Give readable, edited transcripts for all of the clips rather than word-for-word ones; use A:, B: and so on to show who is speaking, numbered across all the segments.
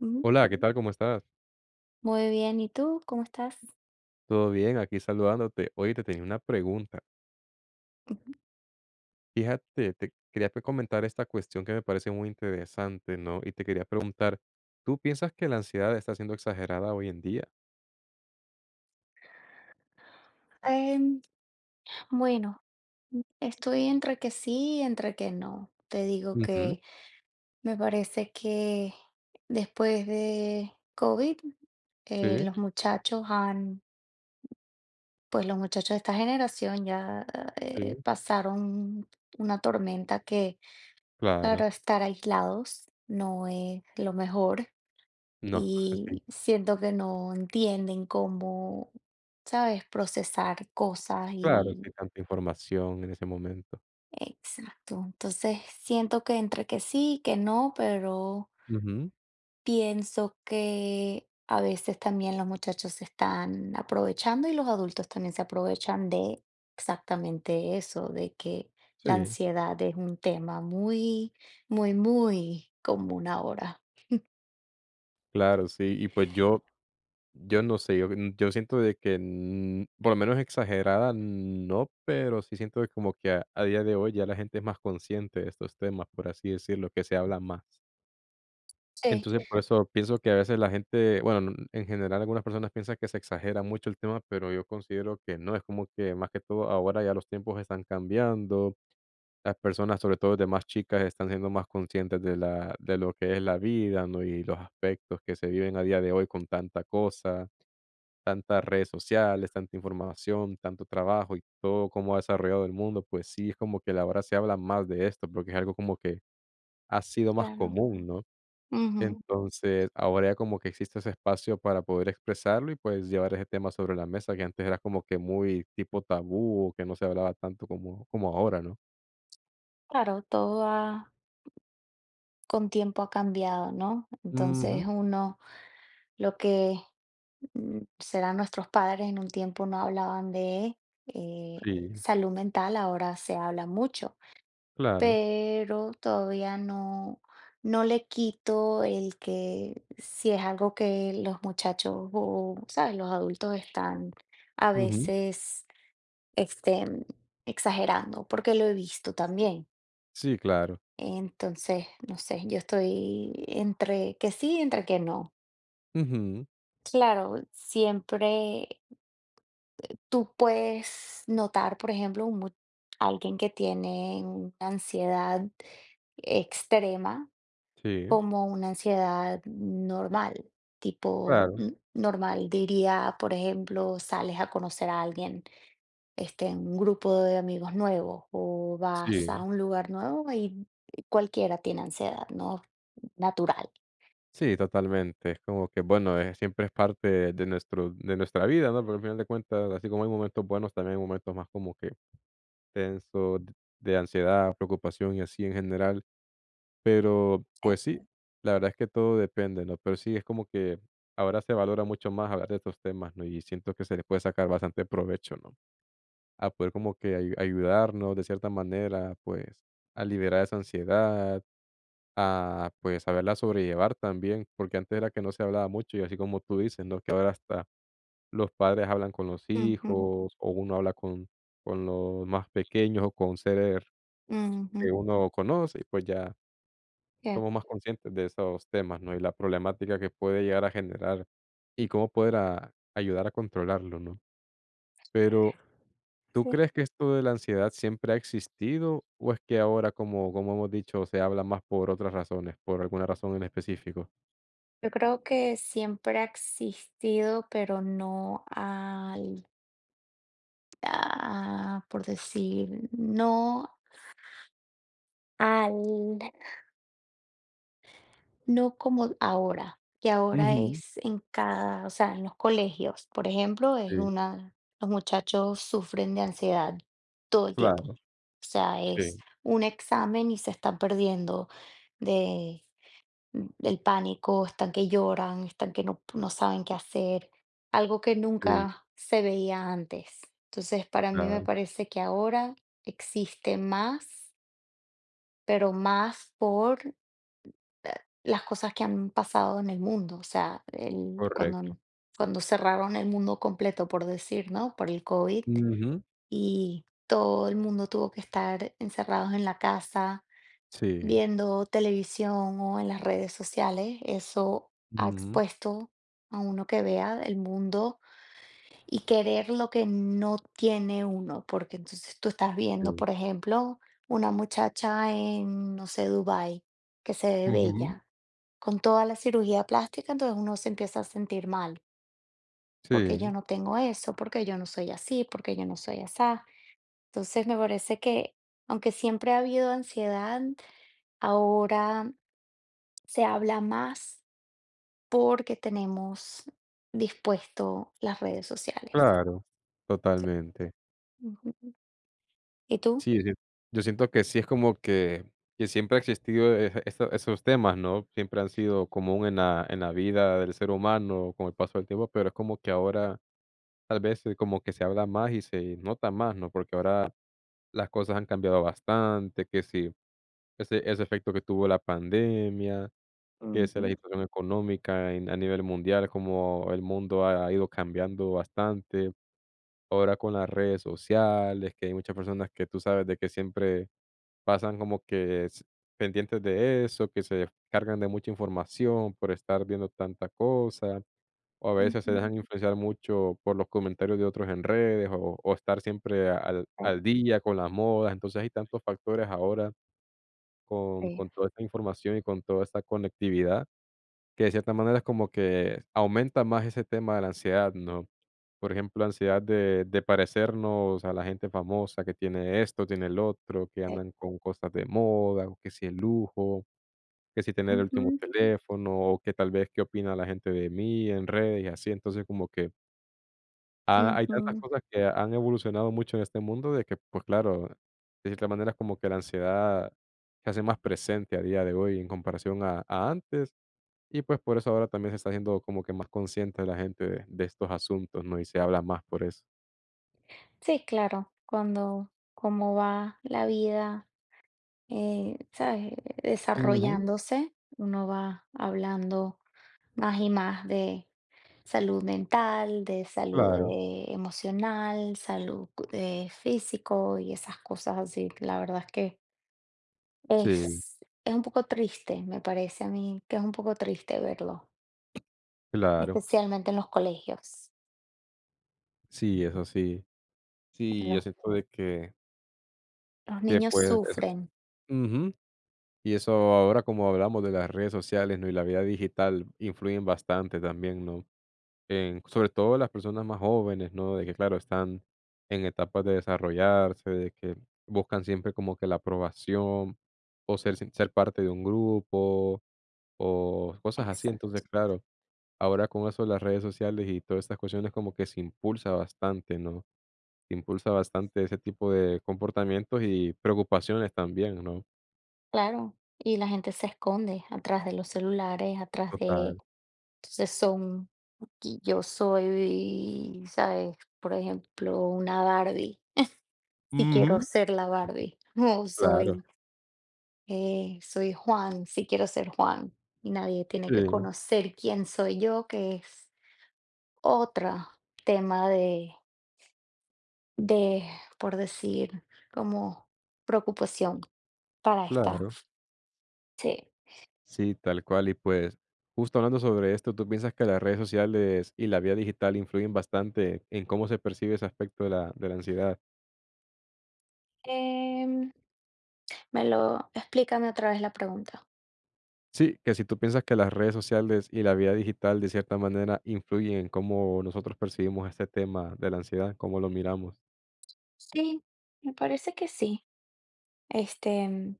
A: Ujú.
B: Hola, ¿qué tal? ¿Cómo estás?
A: Muy bien, ¿y tú cómo estás?
B: Todo bien, aquí saludándote. Oye, te tenía una pregunta. Fíjate, te quería comentar esta cuestión que me parece muy interesante, ¿no? Y te quería preguntar, ¿tú piensas que la ansiedad está siendo exagerada hoy en día?
A: Em, bueno, estoy entre que sí y entre que no. Te digo
B: Ujú.
A: que me parece que después de COVID,
B: Sí,
A: los muchachos han, pues los muchachos de esta generación ya
B: sí,
A: pasaron una tormenta que, claro,
B: claro.
A: estar aislados no es lo mejor
B: No, sí,
A: y siento que no entienden cómo, ¿sabes?, procesar cosas.
B: claro, sí, tanta información en ese momento.
A: Exacto. Entonces, siento que entre que sí y que no, pero
B: Ujú.
A: pienso que a veces también los muchachos se están aprovechando y los adultos también se aprovechan de exactamente eso, de que la
B: Sí,
A: ansiedad es un tema muy, muy, muy común ahora.
B: claro, sí. Y pues Yo no sé, yo siento de que, por lo menos exagerada no, pero sí siento de como que a día de hoy ya la gente es más consciente de estos temas, por así decirlo, que se habla más.
A: Sí,
B: Entonces, por eso pienso que a veces la gente, bueno, en general algunas personas piensan que se exagera mucho el tema, pero yo considero que no, es como que más que todo ahora ya los tiempos están cambiando, las personas, sobre todo de más chicas, están siendo más conscientes de la de lo que es la vida, ¿no? Y los aspectos que se viven a día de hoy con tanta cosa, tantas redes sociales, tanta información, tanto trabajo y todo cómo ha desarrollado el mundo, pues sí, es como que ahora se habla más de esto, porque es algo como que ha sido más
A: claro.
B: común, ¿no?
A: Ujú.
B: Entonces, ahora ya como que existe ese espacio para poder expresarlo y pues llevar ese tema sobre la mesa que antes era como que muy tipo tabú o que no se hablaba tanto como ahora, ¿no?
A: Claro, con tiempo ha cambiado, ¿no? Entonces
B: Ujú.
A: uno lo que serán nuestros padres, en un tiempo no hablaban de
B: Sí,
A: salud mental, ahora se habla mucho,
B: claro.
A: pero todavía no, no le quito el que si es algo que los muchachos o, ¿sabes? Los adultos están a
B: Ujú.
A: veces este, exagerando, porque lo he visto también.
B: Sí, claro.
A: Entonces, no sé, yo estoy entre que sí, entre que no.
B: Ujú.
A: Claro, siempre Tú puedes notar, por ejemplo, un mu- alguien que tiene una ansiedad extrema
B: Sí,
A: como una ansiedad normal, tipo
B: claro.
A: n- normal, diría, por ejemplo, sales a conocer a alguien, en un grupo de amigos nuevos o vas a
B: Sí.
A: un lugar nuevo y cualquiera tiene ansiedad, ¿no? Natural.
B: Sí, totalmente. Es como que, bueno, siempre es parte de nuestro de nuestra vida, ¿no? Pero al final de cuentas, así como hay momentos buenos, también hay momentos más como que tensos, de ansiedad, preocupación y así en general. Pero,
A: Eh,
B: pues sí, la verdad es que todo depende, ¿no? Pero sí, es como que ahora se valora mucho más hablar de estos temas, ¿no? Y siento que se les puede sacar bastante provecho, ¿no? A poder como que ayudarnos de cierta manera, pues, a liberar esa ansiedad, a, pues, saberla sobrellevar también, porque antes era que no se hablaba mucho y así como tú dices, ¿no? Que ahora hasta los padres hablan con los
A: Ujú,
B: hijos o uno habla con los más pequeños o con seres que
A: ujú,
B: uno conoce y pues ya
A: que-
B: somos más conscientes de esos temas, ¿no? Y la problemática que puede llegar a generar y cómo poder ayudar a controlarlo, ¿no? Pero, ¿tú
A: sí.
B: crees que esto de la ansiedad siempre ha existido o es que ahora, como, como hemos dicho, se habla más por otras razones, por alguna razón en específico?
A: Yo creo que siempre ha existido, pero no al, ah, por decir, no al, no como ahora, que ahora
B: Ujú.
A: es en cada, o sea, en los colegios, por ejemplo, es
B: Sí.
A: una, los muchachos sufren de ansiedad todo el tiempo. O
B: Claro,
A: sea, es
B: Sí.
A: un examen y se están perdiendo de el pánico, están que lloran, están que no, no saben qué hacer, algo que
B: Sí,
A: nunca se veía antes. Entonces, para mí me
B: claro.
A: parece que ahora existe más, pero más por eh, las cosas que han pasado en el mundo, o sea,
B: Correcto.
A: cuando cerraron el mundo completo, por decir, ¿no? Por el COVID
B: Mh.
A: y todo el mundo tuvo que estar encerrados en la casa
B: Sí.
A: viendo televisión o en las redes sociales, eso
B: Sì,
A: ha
B: mh-mh.
A: expuesto a uno que vea el mundo y querer lo que no tiene uno, porque entonces tú estás viendo,
B: Sì.
A: por ejemplo, una muchacha en, no sé, Dubái, que se ve bella, con toda la cirugía plástica, entonces uno se empieza a sentir mal, porque yo
B: Sí,
A: no tengo eso, porque yo no soy así, porque yo no soy asá. Entonces me parece que, aunque siempre ha habido ansiedad, ahora se habla más porque tenemos dispuesto las redes sociales.
B: claro, totalmente.
A: Ujú. ¿Y tú?
B: Sí, sí, yo siento que sí es como que siempre ha existido esa esa esos temas, ¿no? Siempre han sido común en la vida del ser humano con el paso del tiempo, pero es como que ahora tal vez como que se habla más y se nota más, ¿no? Porque ahora las cosas han cambiado bastante, que sí, ese efecto que tuvo la pandemia. Que es la
A: Ujú,
B: situación económica a nivel mundial, como el mundo ha ido cambiando bastante. Ahora con las redes sociales, que hay muchas personas que tú sabes de que siempre pasan como que pendientes de eso, que se cargan de mucha información por estar viendo tanta cosa, o a veces se
A: ujú.
B: dejan influenciar mucho por los comentarios de otros en redes, o estar siempre al,
A: Sí,
B: al día con las modas. Entonces hay tantos factores ahora con,
A: sí,
B: con toda esta información y con toda esta conectividad que de cierta manera es como que aumenta más ese tema de la ansiedad, ¿no? Por ejemplo, la ansiedad de parecernos a la gente famosa que tiene esto, tiene el otro, que
A: sí.
B: andan con cosas de moda, o que si el lujo, que si tener el último
A: Ujú,
B: teléfono, o que tal vez qué opina la gente de mí en redes y así. Entonces, como que hay tantas
A: ujú.
B: cosas que han evolucionado mucho en este mundo de que, pues claro, de cierta manera es como que la ansiedad se hace más presente a día de hoy en comparación a antes y pues por eso ahora también se está haciendo como que más consciente la gente de estos asuntos, ¿no? Y se habla más por eso.
A: Sí, claro, cuando cómo va la vida, ¿sabes?
B: Ujú.
A: Desarrollándose, uno va hablando más y más de salud mental, de salud
B: Claro.
A: emocional, salud físico y esas cosas así. La verdad es que
B: Sí,
A: Es es un poco triste, me parece a mí que es un poco triste verlo,
B: claro.
A: especialmente en los colegios.
B: Sí, eso sí.
A: En
B: Sí, yo
A: los
B: siento de
A: los
B: que
A: niños
B: pues eso.
A: sufren.
B: Ujú. Y eso ahora como hablamos de las redes sociales, ¿no? Y la vida digital influyen bastante también, ¿no? En, sobre todo las personas más jóvenes, ¿no? De que claro, están en etapas de desarrollarse, de que buscan siempre como que la aprobación o ser parte de un grupo o cosas así.
A: Exa
B: Entonces, claro, ahora con eso las redes sociales y todas estas cuestiones como que se impulsa bastante, ¿no? Se impulsa bastante ese tipo de comportamientos y preocupaciones también, ¿no?
A: Claro, y la gente se esconde atrás de los celulares, atrás de
B: Total.
A: entonces son y yo soy, ¿sabes? Por ejemplo, una Barbie, si quiero
B: Ujú.
A: ser la Barbie, o
B: Claro,
A: soy, soy Juan, si quiero ser Juan, y nadie tiene que
B: sí,
A: conocer quién soy yo, que es otra tema de, por decir, como preocupación para esta.
B: claro.
A: Sí.
B: Sí, tal cual. Y pues, justo hablando sobre esto, ¿tú piensas que las redes sociales y la vía digital influyen bastante en cómo se percibe ese aspecto de la ansiedad?
A: Em, Me lo explícame otra vez la pregunta.
B: Sí, que si tú piensas que las redes sociales y la vida digital de cierta manera influyen en cómo nosotros percibimos este tema de la ansiedad, cómo lo miramos.
A: Sí, me parece que sí. Este,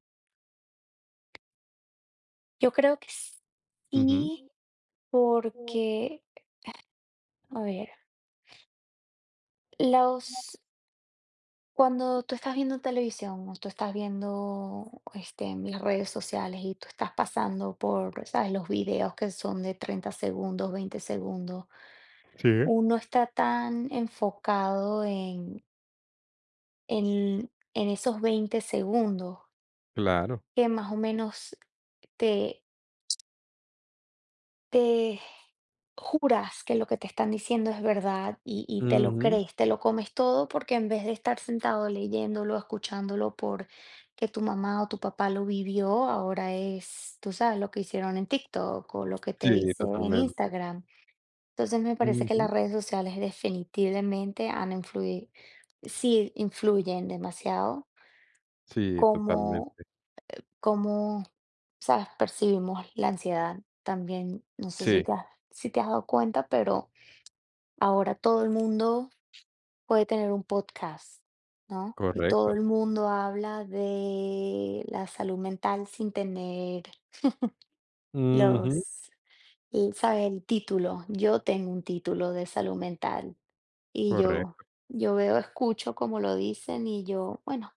A: yo creo que
B: Ujú.
A: sí, porque, a ver, los cuando tú estás viendo televisión o tú estás viendo, este, en las redes sociales y tú estás pasando por, ¿sabes?, los videos que son de 30 segundos, 20 segundos.
B: Sí.
A: Uno está tan enfocado en, en esos 20 segundos
B: Claro.
A: que más o menos te, te juras que lo que te están diciendo es verdad y te lo
B: Ujú.
A: crees, te lo comes todo porque en vez de estar sentado leyéndolo, escuchándolo por que tu mamá o tu papá lo vivió, ahora es, tú sabes, lo que hicieron en TikTok o lo que te
B: Sí,
A: dice en
B: totalmente.
A: Instagram. Entonces me parece que
B: Ujú.
A: las redes sociales definitivamente han influido, sí influyen demasiado
B: Sí,
A: cómo,
B: totalmente.
A: cómo, sabes, percibimos la ansiedad. También, no sé
B: Sí,
A: si te has, si te has dado cuenta, pero ahora todo el mundo puede tener un podcast, ¿no? Y todo
B: correcto.
A: el mundo habla de la salud mental sin tener
B: Ujú.
A: los, ¿sabes? El título. Yo tengo un título de salud mental. Y yo,
B: Correcto.
A: yo veo, escucho como lo dicen y yo, bueno,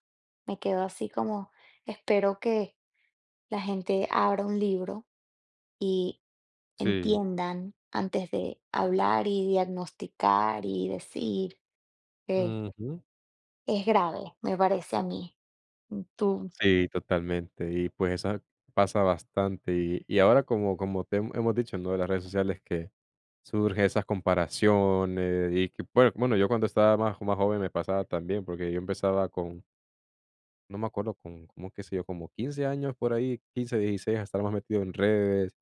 A: me quedo así como, espero que la gente abra un libro y
B: Sí.
A: entiendan antes de hablar y diagnosticar y decir que
B: Ujú.
A: es grave, me parece a mí. Tú.
B: Sí, totalmente. Y pues eso pasa bastante. Y ahora como, como te hemos dicho, ¿no? De las redes sociales que surgen esas comparaciones y que, bueno, bueno, yo cuando estaba más, más joven me pasaba también, porque yo empezaba con, no me acuerdo, con, como qué sé yo, como 15 años por ahí, 15 16 a estar más metido en redes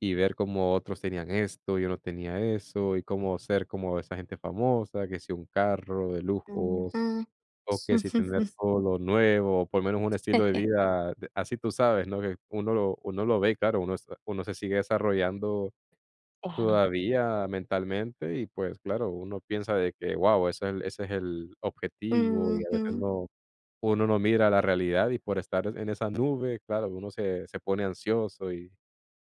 B: y ver cómo otros tenían esto, yo no tenía eso, y cómo ser como esa gente famosa, que si un carro de lujo
A: Ujú,
B: o que si tener todo lo nuevo, o por lo menos un estilo de vida, de así tú sabes, ¿no? Que uno lo ve, claro, uno se sigue desarrollando
A: claro.
B: todavía mentalmente y, pues, claro, uno piensa de que, wow, ese es el objetivo, y a veces
A: Ujú,
B: no, uno no mira la realidad y por estar en esa nube, claro, uno se pone ansioso y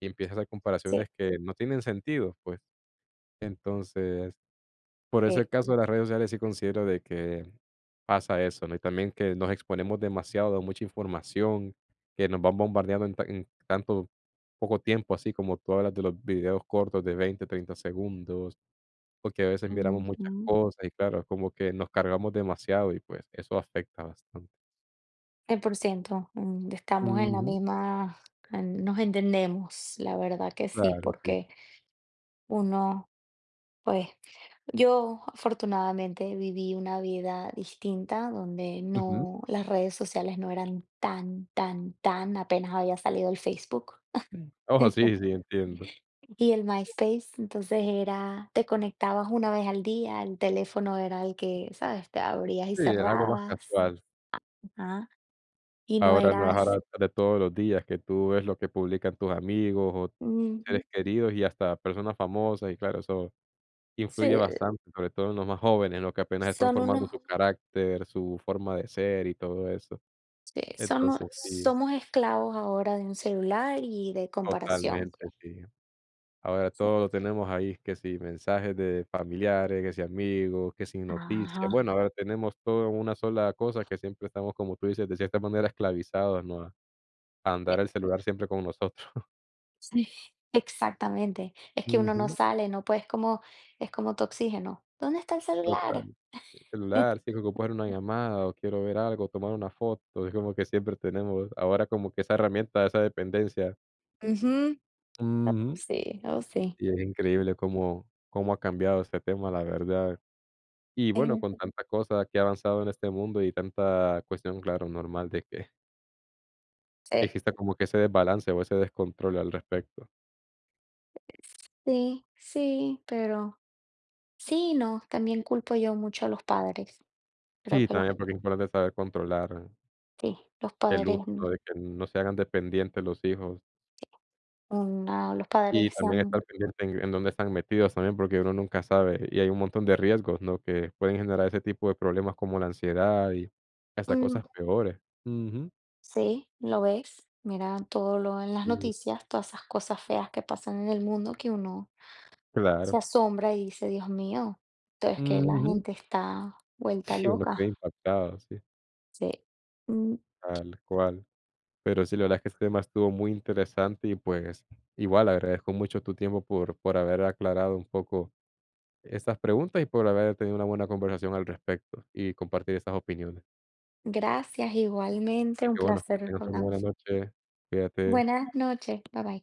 B: y empieza a hacer
A: sí,
B: comparaciones que no tienen sentido, pues. Entonces por ese
A: sí.
B: caso de las redes sociales sí considero de que pasa eso, ¿no? Y también que nos exponemos demasiado a mucha información, que nos van bombardeando en tanto poco tiempo, así como tú hablas de los videos cortos de 20, 30 segundos, o que a veces miramos muchas
A: Ujú.
B: cosas y claro, como que nos cargamos demasiado y pues eso afecta bastante.
A: 100%, estamos en la
B: Ujú.
A: misma, nos entendemos, la verdad que sí,
B: Claro, sí.
A: porque uno, pues, yo afortunadamente viví una vida distinta donde
B: Ujú.
A: no, las redes sociales no eran tan, apenas había salido el Facebook.
B: Ojo, sí, sí, entiendo.
A: Y el MySpace, entonces era, te conectabas una vez al día, el teléfono era el que, ¿sabes? Te abrías y
B: Sí, algo más
A: cerrabas,
B: casual.
A: ajá, y no
B: Ahora no es ahora
A: eras,
B: de todos los días que tú ves lo que publican tus amigos o seres
A: mm,
B: queridos y hasta personas famosas y claro, eso
A: sí,
B: influye bastante, sobre todo en los más jóvenes, ¿no? Que apenas están
A: son
B: formando
A: unos,
B: su carácter, su forma de ser y todo eso.
A: sí, son u
B: Entonces sí,
A: somos esclavos ahora de un celular y de comparación.
B: totalmente, sí. Ahora
A: Sí.
B: todo lo tenemos ahí, que si mensajes de familiares, que si amigos, que si
A: Ajá,
B: noticias. Bueno, ahora tenemos todo en una sola cosa que siempre estamos, como tú dices, de cierta manera esclavizados, ¿no? A
A: sí,
B: andar el celular siempre con nosotros.
A: sí, exactamente. Es que uno no
B: Ujú.
A: sale, no puedes como es como tu oxígeno. ¿Dónde está el
B: Total.
A: celular?
B: El celular, sí, que ocupar una llamada o quiero ver algo, tomar una foto, es como que siempre tenemos ahora como que esa herramienta, esa dependencia.
A: Ujú. Oh,
B: Ujú.
A: sí, oh, sí.
B: Y es increíble cómo ha cambiado este tema, la verdad. Y bueno,
A: Eh,
B: con tanta cosa que ha avanzado en este mundo y tanta cuestión, claro, normal de que
A: sí,
B: exista como que ese desbalance o ese descontrol al respecto.
A: sí, sí, pero sí, no, también culpo yo mucho a los padres. Creo
B: Sí,
A: que los
B: también porque es importante saber controlar
A: sí, los
B: el
A: padres,
B: uso, ¿no? De que no se hagan dependientes los hijos.
A: una los
B: Y
A: padres se
B: también estar
A: han.
B: pendiente en dónde están metidos también, porque uno nunca sabe, y hay un montón de riesgos, ¿no?, que pueden generar ese tipo de problemas como la ansiedad y hasta
A: Mm.
B: cosas peores. Ujú.
A: Sí, lo ves, mira todo lo en las
B: Sí,
A: noticias, todas esas cosas feas que pasan en el mundo que uno se
B: claro.
A: asombra y dice, Dios mío, esto es que la
B: Ujú.
A: gente está vuelta
B: Sí, uno queda
A: loca.
B: impactado, sí,
A: Sí. Mm,
B: tal cual. Pero sí, la verdad es que este tema estuvo muy interesante y, pues, igual agradezco mucho tu tiempo por haber aclarado un poco estas preguntas y por haber tenido una buena conversación al respecto y compartir estas opiniones.
A: gracias, igualmente,
B: Así
A: un
B: que bueno, que
A: placer
B: tengas una buena
A: hablando.
B: noche. Cuídate.
A: Buenas noches, bye bye.